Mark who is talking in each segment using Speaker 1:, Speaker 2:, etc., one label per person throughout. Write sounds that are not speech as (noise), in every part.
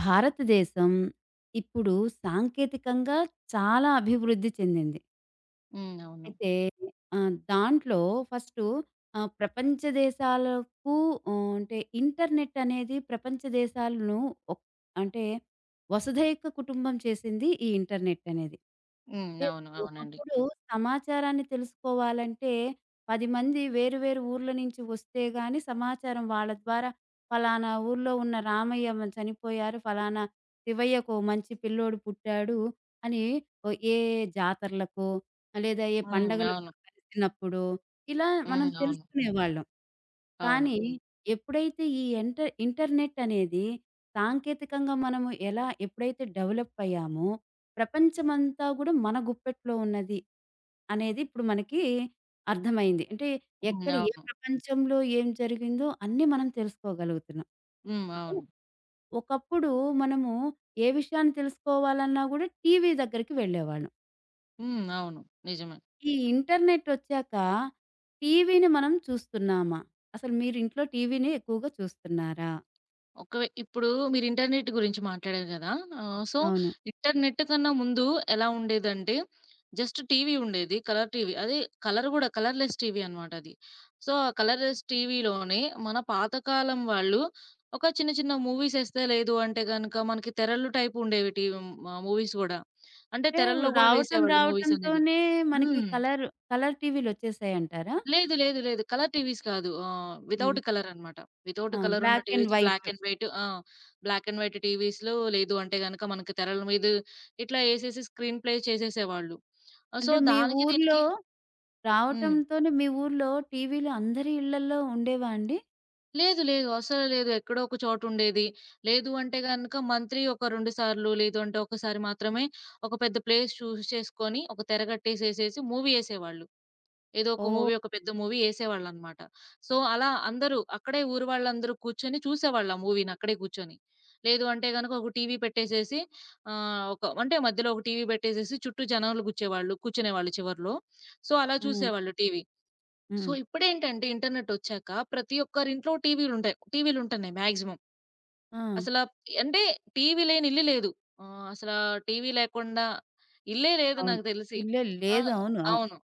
Speaker 1: భారతదేశం ఇప్పుడు సాంకేతికంగా చాలా అభివృద్ధి చెందింది.
Speaker 2: హ్మ్. అవును.
Speaker 1: అయితే దాంట్లో ఫస్టు, ప్రపంచ దేశాలకు, అంటే ఇంటర్నెట్ అనేది ప్రపంచ దేశాలను ఒక్ అంటే వసుధైక కుటుంబం చేసింది ఈ ఇంటర్నెట్ అనేది.
Speaker 2: హ్మ్.
Speaker 1: అంటే
Speaker 2: అవును. అవునండి.
Speaker 1: ఒకప్పుడు సమాచారాన్ని తెలుసుకోవాలంటే 10 మంది వేరు వేరు ఊర్ల నుంచి వస్తే గాని సమాచారం వాళ్ళ ద్వారా ఫలానా ఊర్లో ఉన్న రామయ్య చనిపోయారు. ఫలానా శివయ్యకో మంచి పిల్లోడు పుట్టాడు అని ఓ ఏ జాతరలకో లేదా ఏ
Speaker 2: హ్మ్. అవును.
Speaker 1: పండగలప్పుడు కలిసినప్పుడు, ఇలా మనం
Speaker 2: హ్మ్. అవును.
Speaker 1: తెలుసుకునేవాళ్ళం.
Speaker 2: అవును.
Speaker 1: కానీ ఎప్పుడైతే ఈ ఇంటర్నెట్ అనేది సాంకేతికంగా మనము ఎలా ఎప్పుడైతే డెవలప్ అయ్యామో, ప్రపంచమంతా గూడా మన గుప్పెట్లో ఉన్నది అనేది ఇప్పుడు మనకి అర్థమైంది. అంటే
Speaker 2: హ్మ్.
Speaker 1: ఎక్కడ ఏ
Speaker 2: అవును.
Speaker 1: ప్రపంచంలో ఏం జరిగిందో అన్నీ మనం తెలుసుకోగలుగుతున్నాం.
Speaker 2: హ్మ్.
Speaker 1: అయితే
Speaker 2: అవును.
Speaker 1: ఒకప్పుడు మనము ఏ విషయాన్ని తెలుసుకోవాలన్నా గూడా టీవీ దగ్గరికి వెళ్ళేవాళ్ళం.
Speaker 2: హ్మ్. అవును. నిజమే.
Speaker 1: ఈ ఇంటర్నెటొచ్చాక టీవీని మనం చూస్తున్నామా? అసలు మీరు ఇంట్లో టీవీని ఎక్కువగా చూస్తున్నారా?
Speaker 2: ఒకవే ఇప్పుడు మీరు ఇంటర్నెట్ గురించి మాట్లాడారు గదా! ఆహ్, సో,
Speaker 1: అవును.
Speaker 2: ఇంటర్నెట్ కన్నా ముందు ఎలా ఉండేదంటే, జస్ట్ టీవీ ఉండేది. Colour TV. అది కలర్ గూడా కలర్‌లెస్ టీవీ అనమాట అది. సో, ఆ కలర్‌లెస్ టీవీలోనే మన పాతకాలం వాళ్ళు ఒక చిన్న చిన్న మూవీస్ ఎస్తే లేదు అంటే గనక మనకి తెరలు టైప్ ఉండేవి టీవీ మూవీస్ గూడా. అంటే
Speaker 1: అంటే
Speaker 2: తెరల్లో గూడా
Speaker 1: రావటం
Speaker 2: వేసేవాళ్ళు మూవీస్ అనేవి.
Speaker 1: రావటంతోనే మనకి
Speaker 2: హ్మ్.
Speaker 1: కలర్, కలర్ టీవీలొచ్చేసాయంటారా?
Speaker 2: లేదు. లేదు. లేదు. కలర్ టీవీస్ కాదు. వితౌట్
Speaker 1: హ్మ్.
Speaker 2: కలర్ అన్నమాట. వితౌట్
Speaker 1: ఆ!
Speaker 2: కలర్ ఉన్న
Speaker 1: black and
Speaker 2: TVs
Speaker 1: white.
Speaker 2: Black and white ఆ! బ్లాక్ అండ్ వైట్ టీవీస్‌లో లేదు అంటే గనక మనకు తెరల మీద ఇట్లా ఏసేసి స్క్రీన్ ప్లే చేసేసేవాళ్ళు. సో,
Speaker 1: అంటే మీ
Speaker 2: దానికి
Speaker 1: ఊర్లో
Speaker 2: దీనికి హ్మ్.
Speaker 1: రావటంతోనే మీ ఊర్లో టీవీలు అందరి ఇళ్లల్లో ఉండేవా అండి?
Speaker 2: లేదు. లేదు. అస్సలు లేదు. ఎక్కడో ఒక చోట ఉండేది. లేదు అంటే గనక మంత్లీ ఒక 2 సార్లు లేదు అంటే ఒకసారి మాత్రమే ఒక పెద్ద ప్లేస్ చేసుకొని ఒక తెరగట్టేసేసేసి మూవీ ఏసేవాళ్ళు. ఏదో ఒక
Speaker 1: ఓహ్!
Speaker 2: మూవీ, ఒక పెద్ద మూవీ యేసేవాళ్ళనమాట. సో, అలా అందరూ అక్కడే ఊరు వాళ్ళందరూ కూర్చొని చూసేవాళ్ళు ఆ మూవీని అక్కడే కూర్చొని. లేదు అంటే గనుక ఒక టీవీ పెట్టేసేసి ఒక అంటే మధ్యలో ఒక టీవీ పెట్టేసేసి చుట్టూ జనాలు గుచ్చేవాళ్ళు కూర్చునేవాళ్ళు చివర్లో. సో, అలా
Speaker 1: హ్మ్.
Speaker 2: చూసేవాళ్ళు టీవీ. సో,
Speaker 1: హ్మ్.
Speaker 2: ఇప్పుడేంటంటే ఇంటర్నెట్ ఒచ్చాక ప్రతి ఒక్కరింట్లో టీవీలుంటాయి. టీవీలుంటున్నాయి మాక్సిమం.
Speaker 1: ఆ!
Speaker 2: అసల అంటే టీవీ లేని ఇల్లు లేదు. అసలా టీవీ లేకుండా ఇల్లే లేదు
Speaker 1: అవును.
Speaker 2: నాకు తెలిసి.
Speaker 1: ఇల్లే
Speaker 2: ఆ!
Speaker 1: లేదు. అవును.
Speaker 2: అవును.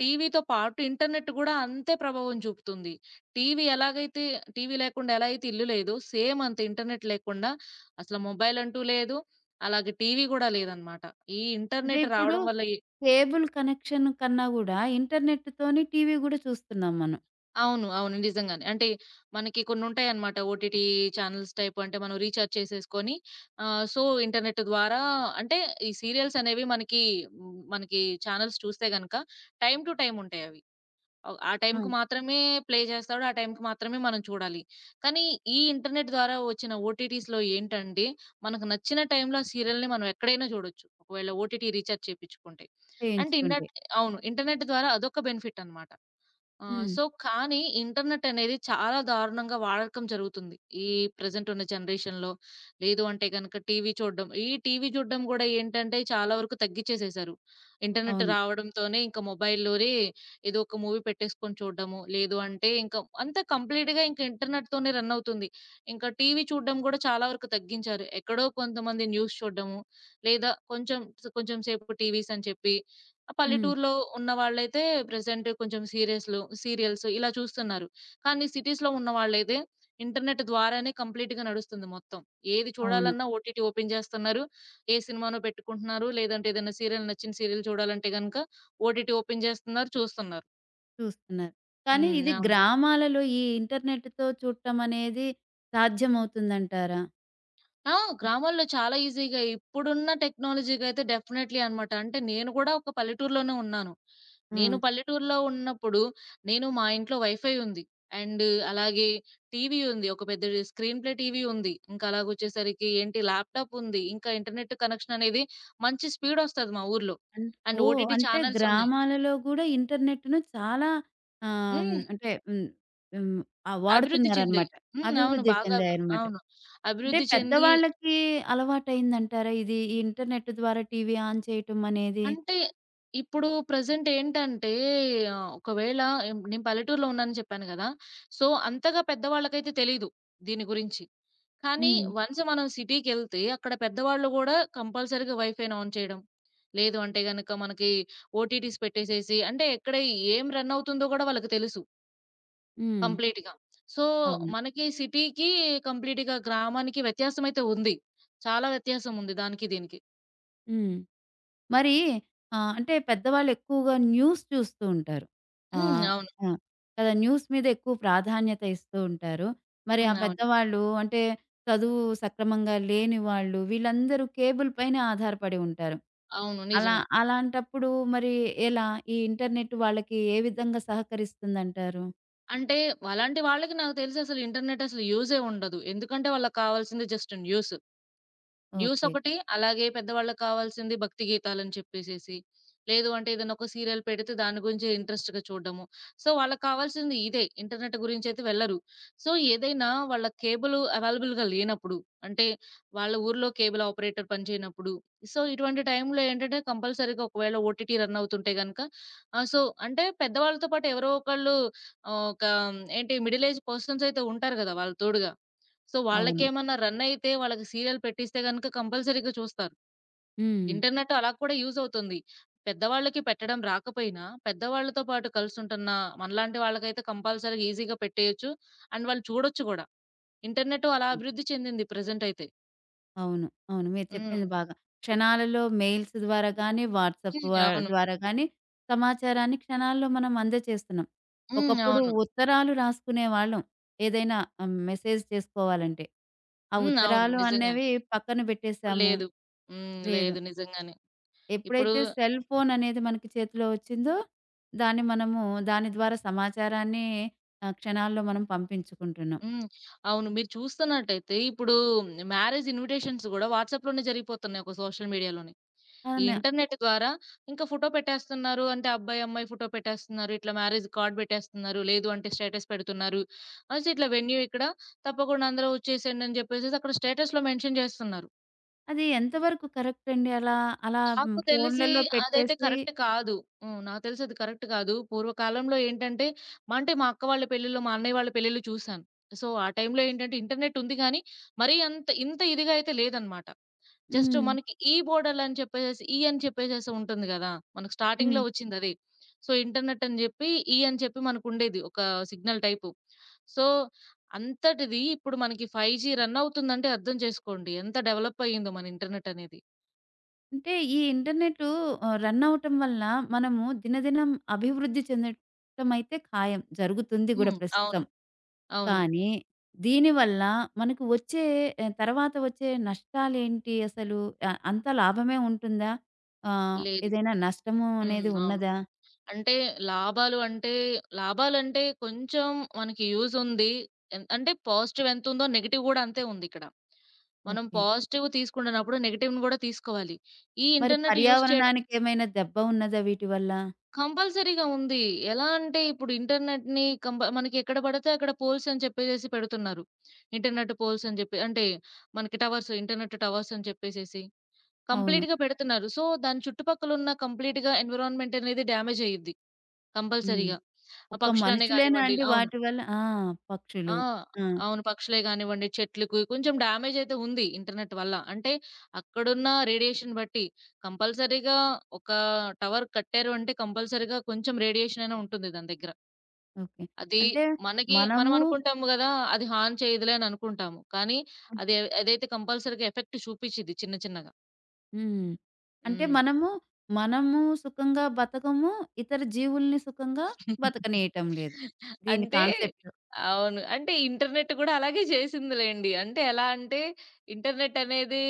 Speaker 2: టీవీతో పాటు ఇంటర్నెట్ గూడా అంతే ప్రభావం చూపుతుంది. టీవీ ఎలాగైతే టీవీ లేకుండా ఎలా అయితే ఇల్లు లేదో, సేమ్ అంత ఇంటర్నెట్ లేకుండా అసలు మొబైల్ అంటూ లేదు. అలాగే టీవీ గూడా లేదనమాట. ఈ
Speaker 1: అంటే
Speaker 2: ఇంటర్నెట్
Speaker 1: ఇప్పుడు
Speaker 2: రావడం వల్ల ఈ
Speaker 1: కేబుల్ కనెక్షన్ కన్నా గూడా ఇంటర్నెట్‌తోని టీవీ గూడా చూస్తున్నాం మనం.
Speaker 2: అవును. అవును. నిజంగానే. అంటే మనకి కొన్నుంటాయన్నమాట. ఓటీటీ చానెల్స్ టైప్ అంటే మనం రీచార్జ్ చేసేసుకొని ఆహ్, సో, ఇంటర్నెట్ ద్వారా అంటే ఈ సీరియల్స్ అనేవి మనకి హ్మ్, మనకి చానెల్స్ చూస్తే గనక టైమ్ టు టైమ్ ఉంటాయవి. ఆ టైమ్‌కి మాత్రమే ప్లే చేస్తాడు. ఆ టైమ్‌కి మాత్రమే మనం చూడాలి. కానీ ఈ ఇంటర్నెట్ ద్వారా వచ్చిన ఓటీటీస్‌లో ఏంటంటే మనకు నచ్చిన టైమ్‌లో ఆ సీరియల్‌ని మనం ఎక్కడైనా చూడొచ్చు. ఒకవేళ ఓటీటీ రీచార్జ్ చేపిచ్చుకుంటే. అంటే
Speaker 1: చేయించుకుంటే.
Speaker 2: ఇండట్ అవును. ఇంటర్నెట్ ద్వారా అదొక బెనిఫిట్ అన్నమాట. ఆ!
Speaker 1: హ్మ్.
Speaker 2: సో, కానీ ఇంటర్నెట్ అనేది చాలా దారుణంగా వాడకం జరుగుతుంది. ఈ ప్రెజెంట్ ఉన్న జనరేషన్‌లో. లేదు అంటే గనక టీవీ చూడడం. ఈ టీవీ చూడడం గూడా ఏంటంటే చాలా వరకు తగ్గిచ్చేసేశారు. ఇంటర్నెట్
Speaker 1: అవును.
Speaker 2: రావడంతోనే ఇంకా మొబైల్‌లోనే ఏదో ఒక మూవీ పెట్టేసుకొని చూడడము. లేదు అంటే ఇంకా అంతా కంప్లీట్‌గా ఇంక ఇంటర్నెట్‌తోనే రన్ అవుతుంది. ఇంకా టీవీ చూడడం గూడా చాలా వరకు తగ్గించారు. ఎక్కడో కొంతమంది న్యూస్ చూడడము. లేదా కొంచెం కొంచెం సేపు టీవీస్ అని చెప్పి
Speaker 1: హ్మ్.
Speaker 2: పల్లెటూరులో ఉన్నవాళ్ళైతే ప్రెజెంట్ కొంచెం సీరియస్‌లు సీరియల్స్ ఇలా చూస్తున్నారు. కానీ సిటీస్‌లో ఉన్నవాళ్ళైతే ఇంటర్నెట్ ద్వారానే కంప్లీట్‌గా నడుస్తుంది మొత్తం. ఏది
Speaker 1: అవును.
Speaker 2: చూడాలన్నా ఓటీటీ ఓపెన్ చేస్తున్నారు. ఏ సినిమానో పెట్టుకుంటున్నారు. లేదంటే ఏదైనా సీరియల్ నచ్చిన సీరియల్ చూడాలంటే గనుక ఓటీటీ ఓపెన్ చేస్తున్నారు చూస్తున్నారు.
Speaker 1: చూస్తున్నారు. కానీ
Speaker 2: హ్మ్.
Speaker 1: ఇది
Speaker 2: అవును.
Speaker 1: గ్రామాలలో ఈ ఇంటర్నెట్‌తో చూడటం అనేది సాధ్యమవుతుందంటారా?
Speaker 2: ఆ! గ్రామాల్లో చాలా ఈజీగా ఇప్పుడున్న టెక్నాలజీకైతే డెఫినైట్‌లీ అనమాట. అంటే నేను కూడా ఒక పల్లెటూరులోనే ఉన్నాను.
Speaker 1: ఆ!
Speaker 2: నేను పల్లెటూరులో ఉన్నప్పుడు నేను మా ఇంట్లో వైఫై ఉంది. అండ్ అలాగే టీవీ ఉంది. ఒక పెద్ద స్క్రీన్ ప్లే టీవీ ఉంది. ఇంకా అలాగొచ్చేసరికి ఏంటి ల్యాప్‌టాప్ ఉంది. ఇంకా ఇంటర్నెట్ కనెక్షన్ అనేది మంచి స్పీడొస్తది మా ఊర్లో.
Speaker 1: అన్
Speaker 2: అండ్
Speaker 1: ఓహ్!
Speaker 2: ఓటీటీ
Speaker 1: అంటే
Speaker 2: ఛానెల్స్ ఉన్నాయి.
Speaker 1: గ్రామాలలో గూడా ఇంటర్నెట్‌ను చాలా
Speaker 2: హ్మ్.
Speaker 1: అంటే హ్మ్. హ్మ్. ఆ!
Speaker 2: అభివృద్ధి చెందాయి.
Speaker 1: వాడుతున్నారనమాట.
Speaker 2: హ్మ్. అవును.
Speaker 1: అభివృద్ధి
Speaker 2: బాగా
Speaker 1: చెందాయన్నమాట.
Speaker 2: అవును.
Speaker 1: అంటే
Speaker 2: అభివృద్ధి చెంది
Speaker 1: పెద్దవాళ్ళకి అలవాటయిందంటారా ఇది? ఈ ఇంటర్నెట్ ద్వారా టీవీ ఆన్ చేయటం అనేది?
Speaker 2: అంటే, ఇప్పుడు ప్రెజెంట్ ఏంటంటే, ఒకవేళ నేను పల్లెటూరులో ఉన్నానని చెప్పాను గదా! సో, అంతగా పెద్దవాళ్ళకైతే తెలీదు దీని గురించి. కానీ,
Speaker 1: హ్మ్.
Speaker 2: వన్స్ మనం సిటీకెళ్తే అక్కడ పెద్దవాళ్ళు గూడా కంపల్సరీగా వైఫైని ఆన్ చేయడం. లేదు అంటే గనక మనకి ఓటీటీస్ పెట్టేసేసి అంటే ఎక్కడ ఏం రన్ అవుతుందో గూడా వాళ్ళకి తెలుసు
Speaker 1: హ్మ్.
Speaker 2: కంప్లీట్‌గా. సో,
Speaker 1: అవును.
Speaker 2: మనకి సిటీకి, కంప్లీట్‌గా గ్రామానికి వ్యత్యాసమయితే ఉంది. చాలా వ్యత్యాసం ఉంది దానికి దీనికి.
Speaker 1: హ్మ్. మరి అంటే పెద్దవాళ్ళు ఎక్కువగా న్యూస్ చూస్తూ ఉంటారు.
Speaker 2: హ్మ్.
Speaker 1: ఆహ్,
Speaker 2: అవును.
Speaker 1: ఆ! కదా! న్యూస్ మీద ఎక్కువ ప్రాధాన్యత ఇస్తూ ఉంటారు. మరి ఆ
Speaker 2: హ్మ్. అవును.
Speaker 1: పెద్దవాళ్ళు అంటే చదువు సక్రమంగా లేని వాళ్ళు వీళ్ళందరూ కేబుల్ పైనే ఆధారపడి ఉంటారు.
Speaker 2: అవును.
Speaker 1: అలా
Speaker 2: నిజమే.
Speaker 1: అలాంటప్పుడు మరి ఎలా? ఈ ఇంటర్నెట్ వాళ్ళకి ఏ విధంగా సహకరిస్తుందంటారు?
Speaker 2: అంటే అలాంటి వాళ్ళకి నాకు తెలిసి అసలు ఇంటర్నెట్ అసలు యూజే ఉండదు. ఎందుకంటే వాళ్ళకి కావాల్సింది జస్ట్ న్యూస్. News
Speaker 1: okay.
Speaker 2: ఒకటి, అలాగే పెద్దవాళ్ళకి కావాల్సింది భక్తి గీతాలని చెప్పేసేసి, లేదు అంటే ఏదైనా ఒక సీరియల్ పెడితే దాని గురించి ఇంట్రెస్ట్‌గా చూడడము. సో, వాళ్ళకి కావాల్సింది ఇదే. ఇంటర్నెట్ గురించైతే వెళ్ళరు. సో, ఏదైనా వాళ్ళ కేబుల్ అవైలబుల్‌గా లేనప్పుడు, అంటే వాళ్ళ ఊర్లో కేబుల్ ఆపరేటర్ పనిచేయనప్పుడు, సో, ఇటువంటి టైంలో ఏంటంటే కంపల్సరీగా ఒకవేళ ఓటీటీ రన్ అవుతుంటే గనక ఆహ్, సో, అంటే పెద్దవాళ్ళతో పాటు ఎవరో ఒకళ్ళు ఒక ఏంటి మిడిల్ ఏజ్ పర్సన్స్ అయితే ఉంటారు గదా! వాళ్ళ తోడుగా. సో,
Speaker 1: అవును.
Speaker 2: వాళ్ళకేమన్నా రన్ అయితే వాళ్ళకి సీరియల్ పెట్టిస్తే గనక కంపల్సరీగా చూస్తారు.
Speaker 1: (unintelligible) హ్మ్.
Speaker 2: ఇంటర్నెట్ అలా కూడా యూజ్ అవుతుంది. పెద్దవాళ్ళకి పెట్టడం రాకపోయినా, పెద్దవాళ్ళతో పాటు కలిసుంటున్న మనలాంటి వాళ్ళకైతే కంపల్సరీగా ఈజీగా పెట్టేయొచ్చు. అండ్ వాళ్ళు చూడొచ్చు గూడా. ఇంటర్నెట్ అలా అభివృద్ధి చెందింది ప్రెజెంట్ అయితే.
Speaker 1: అవును. అవును. మీరు
Speaker 2: హ్మ్.
Speaker 1: చెప్పింది బాగా. క్షణాలలో మెయిల్స్ ద్వారా గానీ, వాట్సాప్
Speaker 2: హ్మ్.
Speaker 1: వ
Speaker 2: అవును.
Speaker 1: ద్వారా గానీ, సమాచారాన్ని క్షణాల్లో మనం అందజేస్తున్నాం.
Speaker 2: హ్మ్.
Speaker 1: ఒకప్పుడు
Speaker 2: అవును.
Speaker 1: ఉత్తరాలు రాసుకునేవాళ్ళం. ఏదైనా మెసేజ్ చేసుకోవాలంటే. ఆ
Speaker 2: హ్మ్. అవును.
Speaker 1: ఉత్తరాలు
Speaker 2: నిజంగానే.
Speaker 1: అనేవి పక్కన
Speaker 2: ఇప్పుడు
Speaker 1: పెట్టేసాము.
Speaker 2: లేదు. హ్మ్.
Speaker 1: లేదు.
Speaker 2: లేదు నిజంగానే. ఇప్పుడు
Speaker 1: ఎప్పుడైతే సెల్ ఫోన్ అనేది మనకి చేతిలో వచ్చిందో, దాన్ని మనము దాని ద్వారా సమాచారాన్ని క్షణాల్లో మనం పంపించుకుంటున్నాం.
Speaker 2: హ్మ్. అవును. మీరు చూస్తున్నట్టయితే ఇప్పుడు మ్యారేజ్ ఇన్విటేషన్స్ గూడా వాట్సాప్‌లోనే జరిగిపోతున్నాయి ఒక సోషల్ మీడియాలోనే. ఈ
Speaker 1: అవును.
Speaker 2: ఇంటర్నెట్ ద్వారా ఇంకా ఫోటో పెట్టేస్తున్నారు. అంటే అబ్బాయి, అమ్మాయి ఫోటో పెట్టేస్తున్నారు. ఇట్లా మ్యారేజ్ కార్డ్ పెట్టేస్తున్నారు. లేదు అంటే స్టేటస్ పెడుతున్నారు. అనేసి ఇట్లా వెన్యూ ఇక్కడ తప్పకుండా అందరూ వచ్చేసేయండి అని చెప్పేసేసి అక్కడ స్టేటస్‌లో మెన్షన్ చేస్తున్నారు.
Speaker 1: అది ఎంతవరకు కరెక్ట్ అండి అలా? అలా హ్మ్,
Speaker 2: నాకు తెలిసి
Speaker 1: ఫోన్లలో
Speaker 2: అదైతే
Speaker 1: పెట్టేసి
Speaker 2: కరెక్ట్ కాదు. హ్మ్. నాకు తెలిసి అది కరెక్ట్ కాదు. పూర్వకాలంలో ఏంటంటే మా అక్క వాళ్ళ పెళ్ళిలో, మా అన్నయ్య వాళ్ళ పెళ్ళిలో చూసాను. సో, ఆ టైంలో ఏంటంటే ఇంటర్నెట్ ఉంది గానీ, మరీ అంత ఇంత ఇదిగా అయితే లేదన్నమాట. జస్ట్
Speaker 1: హ్మ్.
Speaker 2: మనకి ఈ మోడల్ అని చెప్పేసేసి, ఈ అని చెప్పేసేసి ఉంటుంది గదా! మనకు స్టార్టింగ్‌లో
Speaker 1: హ్మ్.
Speaker 2: వచ్చిందది. సో, ఇంటర్నెట్ అని జెప్పి, ఈ అని చెప్పి మనకుండేది ఒక సిగ్నల్ టైపు. సో, అంతటిది ఇప్పుడు మనకి 5జీ రన్ అవుతుందంటే అర్థం చేసుకోండి. ఎంత డెవలప్ అయ్యిందో మన ఇంటర్నెట్ అనేది.
Speaker 1: అంటే ఈ ఇంటర్‌నెటు రన్ అవ్వటం వల్ల మనము దినదినం అభివృద్ధి చెందటం అయితే ఖాయం. జరుగుతుంది గూడా
Speaker 2: హ్మ్.
Speaker 1: ప్రస్తుతం.
Speaker 2: అవును. అవును.
Speaker 1: కానీ దీనివల్ల మనకు వచ్చే, తర్వాత వచ్చే నష్టాలేంటి అసలు? అంతా లాభమే ఉంటుందా? ఆహ్,
Speaker 2: లేదు.
Speaker 1: ఏదైనా నష్టము
Speaker 2: హ్మ్.
Speaker 1: అనేది
Speaker 2: అవును.
Speaker 1: ఉన్నదా?
Speaker 2: అంటే లాభాలు అంటే, లాభాలంటే కొంచెం మనకి యూజ్ ఉంది. అంటే పాజిటివ్ ఎంతుందో నెగెటివ్ గూడా అంతే ఉందిక్కడ. మనం
Speaker 1: ఓకే.
Speaker 2: పాజిటివ్ తీసుకుంటున్నప్పుడు నెగెటివ్‌ని గూడా తీసుకోవాలి. ఈ
Speaker 1: మరి
Speaker 2: ఇంటర్నెట్ యూజ్ చేయడం
Speaker 1: పర్యావరణానికేమైనా దెబ్బ ఉన్నదా వీటి వల్ల?
Speaker 2: కంపల్సరీగా ఉంది. ఎలా అంటే ఇప్పుడు ఇంటర్నెట్‌ని మనకి ఎక్కడ పడితే అక్కడ పోల్స్ అని చెప్పేసేసి పెడుతున్నారు. ఇంటర్నెట్ పోల్స్ అని జెప్పి అంటే మనకి టవర్స్ ఇంటర్నెట్ టవర్స్ అని చెప్పేసేసి
Speaker 1: అవును.
Speaker 2: కంప్లీట్‌గా పెడుతున్నారు. సో, దాని చుట్టుపక్కల ఉన్న కంప్లీట్‌గా ఎన్విరాన్మెంట్ అనేది డ్యామేజ్ అయ్యిద్ది
Speaker 1: హ్మ్.
Speaker 2: కంపల్సరీగా. ఆ
Speaker 1: ఒక్క
Speaker 2: పక్షులనే
Speaker 1: మనుషులేనా
Speaker 2: గానివ్వండి
Speaker 1: అండి
Speaker 2: అవును.
Speaker 1: వాటి వల్ల? ఆ!
Speaker 2: ఆ!
Speaker 1: పక్షులు. ఆ!
Speaker 2: అవును. పక్షులే గానివ్వండి, చెట్లుకి కొంచెం డ్యామేజ్ అయితే ఉంది ఇంటర్నెట్ వల్ల. అంటే అక్కడున్న రేడియేషన్ బట్టి కంపల్సరీగా ఒక టవర్ కట్టారు అంటే కంపల్సరీగా కొంచెం రేడియేషన్ అయినా ఉంటుంది దాని దగ్గర.
Speaker 1: ఓకే.
Speaker 2: అది
Speaker 1: అంటే
Speaker 2: మనకి మనం
Speaker 1: మనము
Speaker 2: అనుకుంటాము గదా! అది హార్మ్ చేయదులే అని అనుకుంటాము. కానీ అది అదైతే కంపల్సరీగా ఎఫెక్ట్ చూపిచ్చిద్ది చిన్న చిన్నగా.
Speaker 1: హ్మ్. అంటే
Speaker 2: హ్మ్.
Speaker 1: మనము, సుఖంగా బతకము, ఇతర జీవుల్ని సుఖంగా బతకనీయటం లేదు. దీని
Speaker 2: అంటే
Speaker 1: కాన్సెప్ట్.
Speaker 2: అవును. అంటే ఇంటర్నెట్ కూడా అలాగే చేసిందిలెండి. అంటే ఎలా అంటే ఇంటర్నెట్ అనేది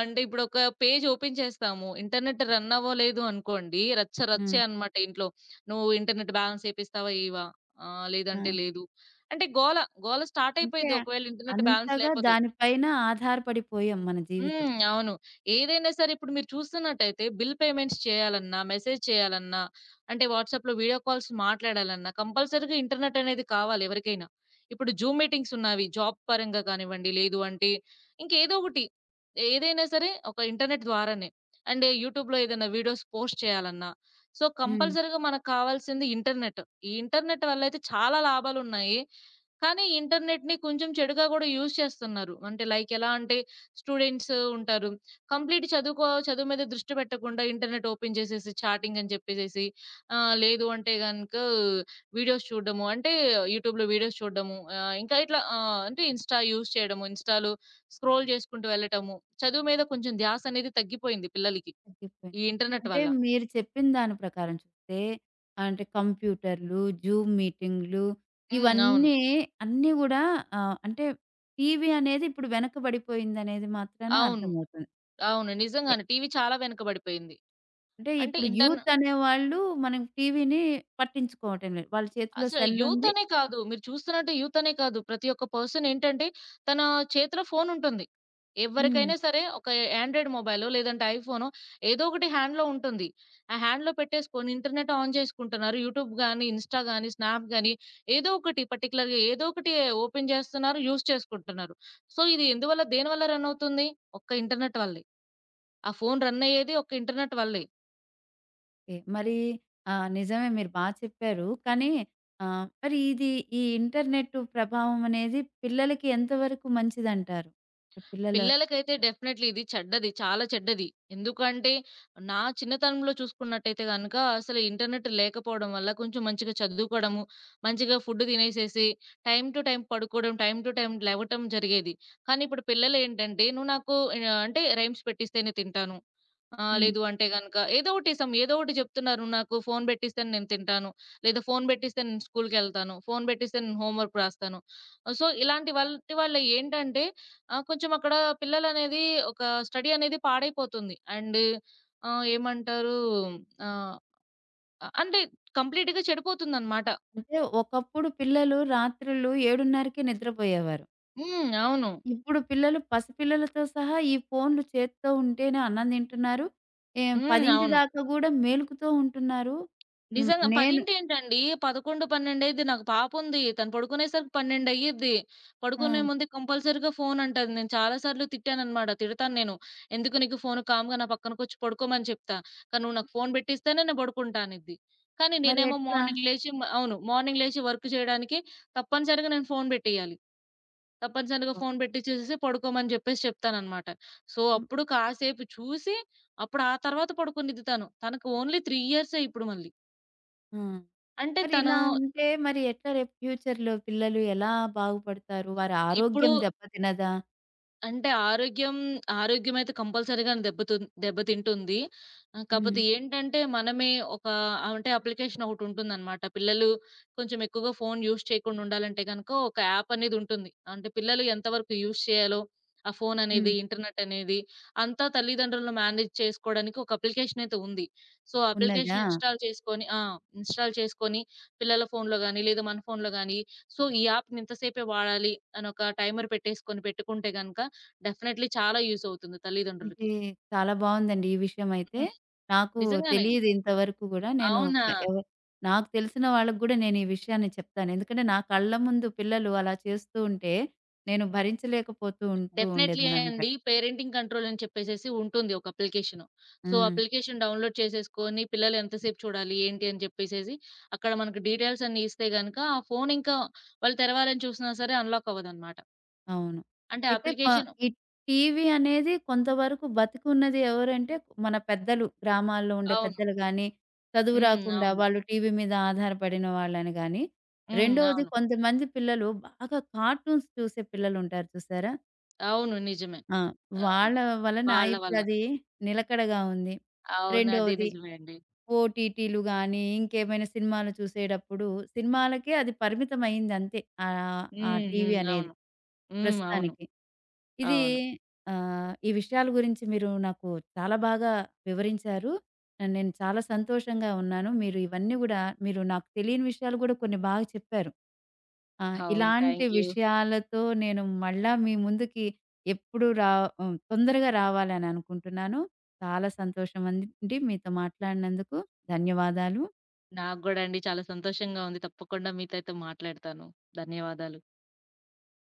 Speaker 2: అంటే ఇప్పుడు ఒక పేజ్ ఓపెన్ చేస్తాము. ఇంటర్నెట్ రన్ అవ్వలేదు అనుకోండి. రచ్చ
Speaker 1: హ్మ్.
Speaker 2: రచ్చే అన్నమాట ఇంట్లో. "నువ్వు ఇంటర్నెట్ బ్యాలెన్స్ ఏపిస్తావా? ఈవా?
Speaker 1: ఆ!
Speaker 2: లేదంటే లేదు." అంటే గోల, గోల స్టార్ట్
Speaker 1: అంటే
Speaker 2: అయిపోయిద్ది ఒకవేళ ఇంటర్నెట్ బ్యాలెన్స్
Speaker 1: అంతగా
Speaker 2: లేపోతే.
Speaker 1: దానిపైన ఆధారపడిపోయాం మన జీవితం.
Speaker 2: హ్మ్. అవును. ఏదైనా సరే ఇప్పుడు మీరు చూస్తున్నట్టయితే బిల్ పేమెంట్స్ చేయాలన్నా, మెసేజ్ చేయాలన్నా, అంటే వాట్సాప్‌లో వీడియో కాల్స్ మాట్లాడాలన్నా కంపల్సరీగా ఇంటర్నెట్ అనేది కావాలి ఎవరికైనా. ఇప్పుడు జూమ్ మీటింగ్స్ ఉన్నవి. జాబ్ పరంగా కానివ్వండి, లేదు అంటే ఇంకేదో ఒకటి. ఏదైనా సరే ఒక ఇంటర్నెట్ ద్వారానే. అండ్ యూట్యూబ్‌లో ఏదైనా వీడియోస్ పోస్ట్ చేయాలన్నా, సో,
Speaker 1: హ్మ్.
Speaker 2: కంపల్సరీగా మనకు కావాల్సింది ఇంటర్నెట్. ఈ ఇంటర్నెట్ వల్లయితే చాలా లాభాలున్నాయి. కానీ ఇంటర్నెట్‌ని కొంచెం చెడుగా గూడా యూజ్ చేస్తున్నారు. అంటే లైక్ ఎలా అంటే స్టూడెంట్స్ ఉంటారు. కంప్లీట్ చదువు మీద దృష్టి పెట్టకుండా ఇంటర్నెట్ ఓపెన్ చేసేసి చాటింగ్ అని చెప్పేసేసి లేదు అంటే గనుక వీడియోస్ చూడడము. అంటే యూట్యూబ్‌లో వీడియోస్ చూడడము. ఇంకా ఇట్లా అంటే ఇన్‌స్టా యూజ్ చేయడము. ఇన్‌స్టాలో స్క్రోల్ చేసుకుంటూ వెళ్ళటము. చదువు మీద కొంచెం ధ్యాస అనేది తగ్గిపోయింది పిల్లలకి
Speaker 1: తగ్గిపోయింది.
Speaker 2: ఈ ఇంటర్నెట్
Speaker 1: అంటే
Speaker 2: వల్ల.
Speaker 1: మీరు చెప్పిన దాని ప్రకారం చూస్తే అంటే కంప్యూటర్లు, జూమ్ మీటింగ్‌లు
Speaker 2: హ్మ్. అవును.
Speaker 1: ఇవన్నీ అన్నీ గూడా అంటే టీవీ అనేది ఇప్పుడు వెనకబడిపోయిందనేది మాత్రాన
Speaker 2: అవును.
Speaker 1: అర్థమవుతుంది.
Speaker 2: అవును.
Speaker 1: అంతే.
Speaker 2: నిజంగానే టీవీ చాలా వెనకబడిపోయింది.
Speaker 1: అంటే
Speaker 2: అంటే
Speaker 1: ఇప్పుడు
Speaker 2: ఇంటర్న్
Speaker 1: యూత్ అనేవాళ్ళు మనం టీవీని పట్టించుకోవటం లేదు. వాళ్ళ చేతిలో
Speaker 2: అసలు యూత్
Speaker 1: సెల్లుంది.
Speaker 2: అనే కాదు. మీరు చూస్తున్నట్టు యూత్ అనే కాదు. ప్రతి ఒక్క పర్సన్ ఏంటంటే తన చేతిలో ఫోన్ ఉంటుంది.
Speaker 1: హ్మ్.
Speaker 2: ఎవ్వరికైనా సరే ఒక యాండ్రాయిడ్ మొబైలో లేదంటే ఐఫోనో ఏదో ఒకటి హ్యాండ్‌లో ఉంటుంది. ఆ హ్యాండ్‌లో పెట్టేసుకొని ఇంటర్నెట్ ఆన్ చేసుకుంటున్నారు. యూట్యూబ్ గాని, ఇన్‌స్టా గాని, స్నాప్ గాని ఏదో ఒకటి పర్టిక్యులర్‌గా ఏదో ఒకటి ఓపెన్ చేస్తున్నారు. యూజ్ చేసుకుంటున్నారు. సో, ఇది ఎందువల్ల దేనివల్ల రన్ అవుతుంది? ఒక్క ఇంటర్నెట్ వల్లే. ఆ ఫోన్ రన్ అయ్యేది ఒక్క ఇంటర్నెట్ వల్లే.
Speaker 1: ఓకే. మరి నిజమే మీరు బా చెప్పారు. కానీ మరి ఇది ఈ ఇంటర్నెట్ ప్రభావం అనేది పిల్లలకి ఎంతవరకు మంచిదంటారు? పిల్లలు
Speaker 2: పిల్లలకైతే డెఫినైట్‌లీ ఇది చెడ్డది. చాలా చెడ్డది. ఎందుకంటే, నా చిన్నతనంలో చూసుకున్నట్టయితే గనక అసలు ఇంటర్నెట్ లేకపోవడం వల్ల కొంచెం మంచిగా చదువుకోవడము, మంచిగా ఫుడ్ తినేసేసి, టైమ్ టు టైమ్ పడుకోవడం, టైమ్ టు టైమ్ లెవటం జరిగేది. కానీ ఇప్పుడు పిల్లలేంటంటే, "నువ్వు నాకు అంటే రైమ్స్ పెట్టిస్తేనే తింటాను. ఆ!
Speaker 1: హ్మ్.
Speaker 2: లేదు అంటే గనక ఏదో ఒకటి సమ్ ఏదో ఒకటి చెప్తున్నారు. నాకు ఫోను బెట్టిస్తే నేను తింటాను. లేదా ఫోను బెట్టిస్తే నేను స్కూలుకెళ్తాను. ఫోను బెట్టిస్తే నేను హోంవర్క్ రాస్తాను. సో, ఇలాంటి వాటి వల్ల ఏంటంటే కొంచెం అక్కడ పిల్లలనేది ఒక స్టడీ అనేది పాడైపోతుంది. అండ్ ఏమంటారు ఆహ్, అంటే కంప్లీట్‌గా చెడిపోతుందన్నమాట.
Speaker 1: అంటే ఒకప్పుడు పిల్లలు రాత్రులు 7:30కే నిద్రపోయేవారు.
Speaker 2: హ్మ్. అవును.
Speaker 1: ఇప్పుడు పిల్లలు పసిపిల్లలతో సహా ఈ ఫోన్‌లు చేత్తో ఉంటేనే అన్నం తింటున్నారు. ఏం
Speaker 2: హ్మ్.
Speaker 1: 10
Speaker 2: అవును.
Speaker 1: దాకా గూడా మేలుకుతో ఉంటున్నారు. హ్మ్.
Speaker 2: నిజంగా. 10
Speaker 1: నేను
Speaker 2: ఏంటండి 11, 12 నాకు పాపుంది. తను పడుకునేసరికి 12 అయ్యిద్ది. పడుకునే
Speaker 1: ఆ!
Speaker 2: ముందు కంపల్సరీగా ఫోన్ అంటది. నేను చాలా సార్లు తిట్టాననమాట. తిడతాను నేను. "ఎందుకు నీకు ఫోను? కామ్‌గా నా పక్కనకొచ్చి పడుకోమని చెప్తా. కానీ నువ్వు నాకు ఫోన్ పెట్టిస్తేనే నేను పడుకుంటా" అనిద్ది. కానీ
Speaker 1: మరి
Speaker 2: నేనేమో
Speaker 1: ఎట్లా?
Speaker 2: మార్నింగ్ లేచి అవును. మార్నింగ్ లేచి వర్క్ చేయడానికి తప్పనిసరిగా నేను ఫోన్ పెట్టేయాలి. తప్పనిసరిగా
Speaker 1: ఓహ్!
Speaker 2: ఫోన్ పెట్టిచ్చేసేసి పడుకోమని జెప్పేసి చెప్తాననమాట. సో,
Speaker 1: హ్మ్.
Speaker 2: అప్పుడు కాసేపు చూసి అప్పుడు ఆ తర్వాత పడుకునిద్ది తను. తనకు ఓన్లీ 3 ఇయర్సే ఇప్పుడు మళ్ళీ.
Speaker 1: హ్మ్.
Speaker 2: అంటే
Speaker 1: మరి
Speaker 2: తను
Speaker 1: ఇలా ఉంటే మరి ఎట్లా రేపు ఫ్యూచర్‌లో పిల్లలు ఎలా బాగుపడతారు? వారి
Speaker 2: ఇప్పుడు
Speaker 1: ఆరోగ్యం దెబ్బతినదా?
Speaker 2: అంటే ఆరోగ్యం, ఆరోగ్యమైతే కంపల్సరీగానే దెబ్బతింటుంది.
Speaker 1: హ్మ్.
Speaker 2: కాపోతే ఏంటంటే, మనమే ఒక అంటే అప్లికేషన్ ఒకటుంటుందనమాట. పిల్లలు కొంచెం ఎక్కువగా ఫోను యూజ్ చేయకుండా ఉండాలంటే గనుక, ఒక యాప్ అనేదుంటుంది. అంటే పిల్లలు ఎంతవరకు యూజ్ చేయాలో, ఆ ఫోననేది,
Speaker 1: హ్మ్.
Speaker 2: ఇంటర్నెట్ అనేది, అంతా తల్లిదండ్రులను మేనేజ్ చేసుకోడానికి ఒక అప్లికేషనయితే ఉంది. సో, అప్లికేషన్
Speaker 1: ఉన్నదా?
Speaker 2: ఇన్‌స్టాల్ చేసుకొని ఆ! ఇన్‌స్టాల్ చేసుకొని, పిల్లల ఫోనులో గానీ, లేదా మన ఫోనులో గానీ, సో, ఈ యాప్‌ని ఇంతసేపే వాడాలి అనొక టైమర్ పెట్టేసుకొని పెట్టుకుంటే గనక, డెఫినైట్‌లీ చాలా యూజ్ అవుతుంది తల్లిదండ్రులకి.
Speaker 1: ఇది చాలా బావుందండి. ఈ విషయం అయితే.
Speaker 2: హ్మ్.
Speaker 1: నాకు
Speaker 2: నిజంగానే.
Speaker 1: తెలీదు ఇంతవరకు గూడా. నేను
Speaker 2: అవునా?
Speaker 1: ఎవ నాకు తెలిసిన వాళ్ళకి గూడా నేను ఈ విషయాన్ని చెప్తాను. ఎందుకంటే నా కళ్ళ ముందు పిల్లలు అలా చేస్తూ ఉంటే నేను భరించలేకపోతూ ఉంటూ
Speaker 2: డెఫినైట్‌లీ
Speaker 1: ఉండేదాన్ననమాట.
Speaker 2: అండి. పేరెంటింగ్ కంట్రోల్ అని చెప్పేసేసి ఉంటుంది ఒక application. So,
Speaker 1: hmm.
Speaker 2: Application download చేసేసుకొని పిల్లలు ఎంతసేపు చూడాలి, ఏంటి అని చెప్పేసేసి అక్కడ మనకు డీటెయిల్స్ అన్నీ ఇస్తే గనక ఆ ఫోన్ ఇంకా వాళ్ళు తెరవాలని చూసినా సరే అన్‌లాక్ అవ్వదనమాట.
Speaker 1: అవును.
Speaker 2: అంటే
Speaker 1: అయితే
Speaker 2: అప్లికేషన్
Speaker 1: ఈ టీవీ అనేది కొంతవరకు బతికున్నది ఎవరంటే మన పెద్దలు. గ్రామాల్లో ఉండే
Speaker 2: అవును.
Speaker 1: పెద్దలు గాని, చదువు
Speaker 2: హ్మ్.
Speaker 1: రాకుండా
Speaker 2: అవును.
Speaker 1: వాళ్ళు టీవీ మీద ఆధారపడిన వాళ్ళని గాని,
Speaker 2: హ్మ్.
Speaker 1: రెండోది
Speaker 2: అవును.
Speaker 1: కొంతమంది పిల్లలు బాగా కార్టూన్స్ చూసే పిల్లలుంటారు చూసారా?
Speaker 2: అవును. నిజమే.
Speaker 1: ఆ!
Speaker 2: అవును.
Speaker 1: వాళ్ళ వలన
Speaker 2: వాళ్ళ వల్ల.
Speaker 1: ఇప్పుడది నిలకడగా ఉంది.
Speaker 2: అవును. అది
Speaker 1: రెండోది
Speaker 2: నిజమే అండి.
Speaker 1: ఓటీటీలు గానీ, ఇంకేమైనా సినిమాలు చూసేటప్పుడు సినిమాలకే అది పరిమితమయిందంతే. ఆ
Speaker 2: హ్మ్.
Speaker 1: టీవీ
Speaker 2: హ్మ్.
Speaker 1: అనేది
Speaker 2: అవును. హ్మ్. అవును.
Speaker 1: ప్రస్తుతానికి. ఇది
Speaker 2: అవును.
Speaker 1: ఈ విషయాల గురించి మీరు నాకు చాలా బాగా వివరించారు. ఆ, నేను చాలా సంతోషంగా ఉన్నాను. మీరు ఇవన్నీ గూడా మీరు నాకు తెలియని విషయాలు గూడా కొన్ని బాగా చెప్పారు. ఆ!
Speaker 2: అవును.
Speaker 1: ఇలాంటి
Speaker 2: థాంక్ యూ.
Speaker 1: విషయాలతో నేను మళ్ళా మీ ముందుకి ఎప్పుడు రా హ్మ్. తొందరగా రావాలని అనుకుంటున్నాను. చాలా సంతోషం అండి మీతో మాట్లాడినందుకు. ధన్యవాదాలు.
Speaker 2: నాకు గూడా అండి. చాలా సంతోషంగా ఉంది. తప్పకుండా మీతో అయితే మాట్లాడతాను. ధన్యవాదాలు.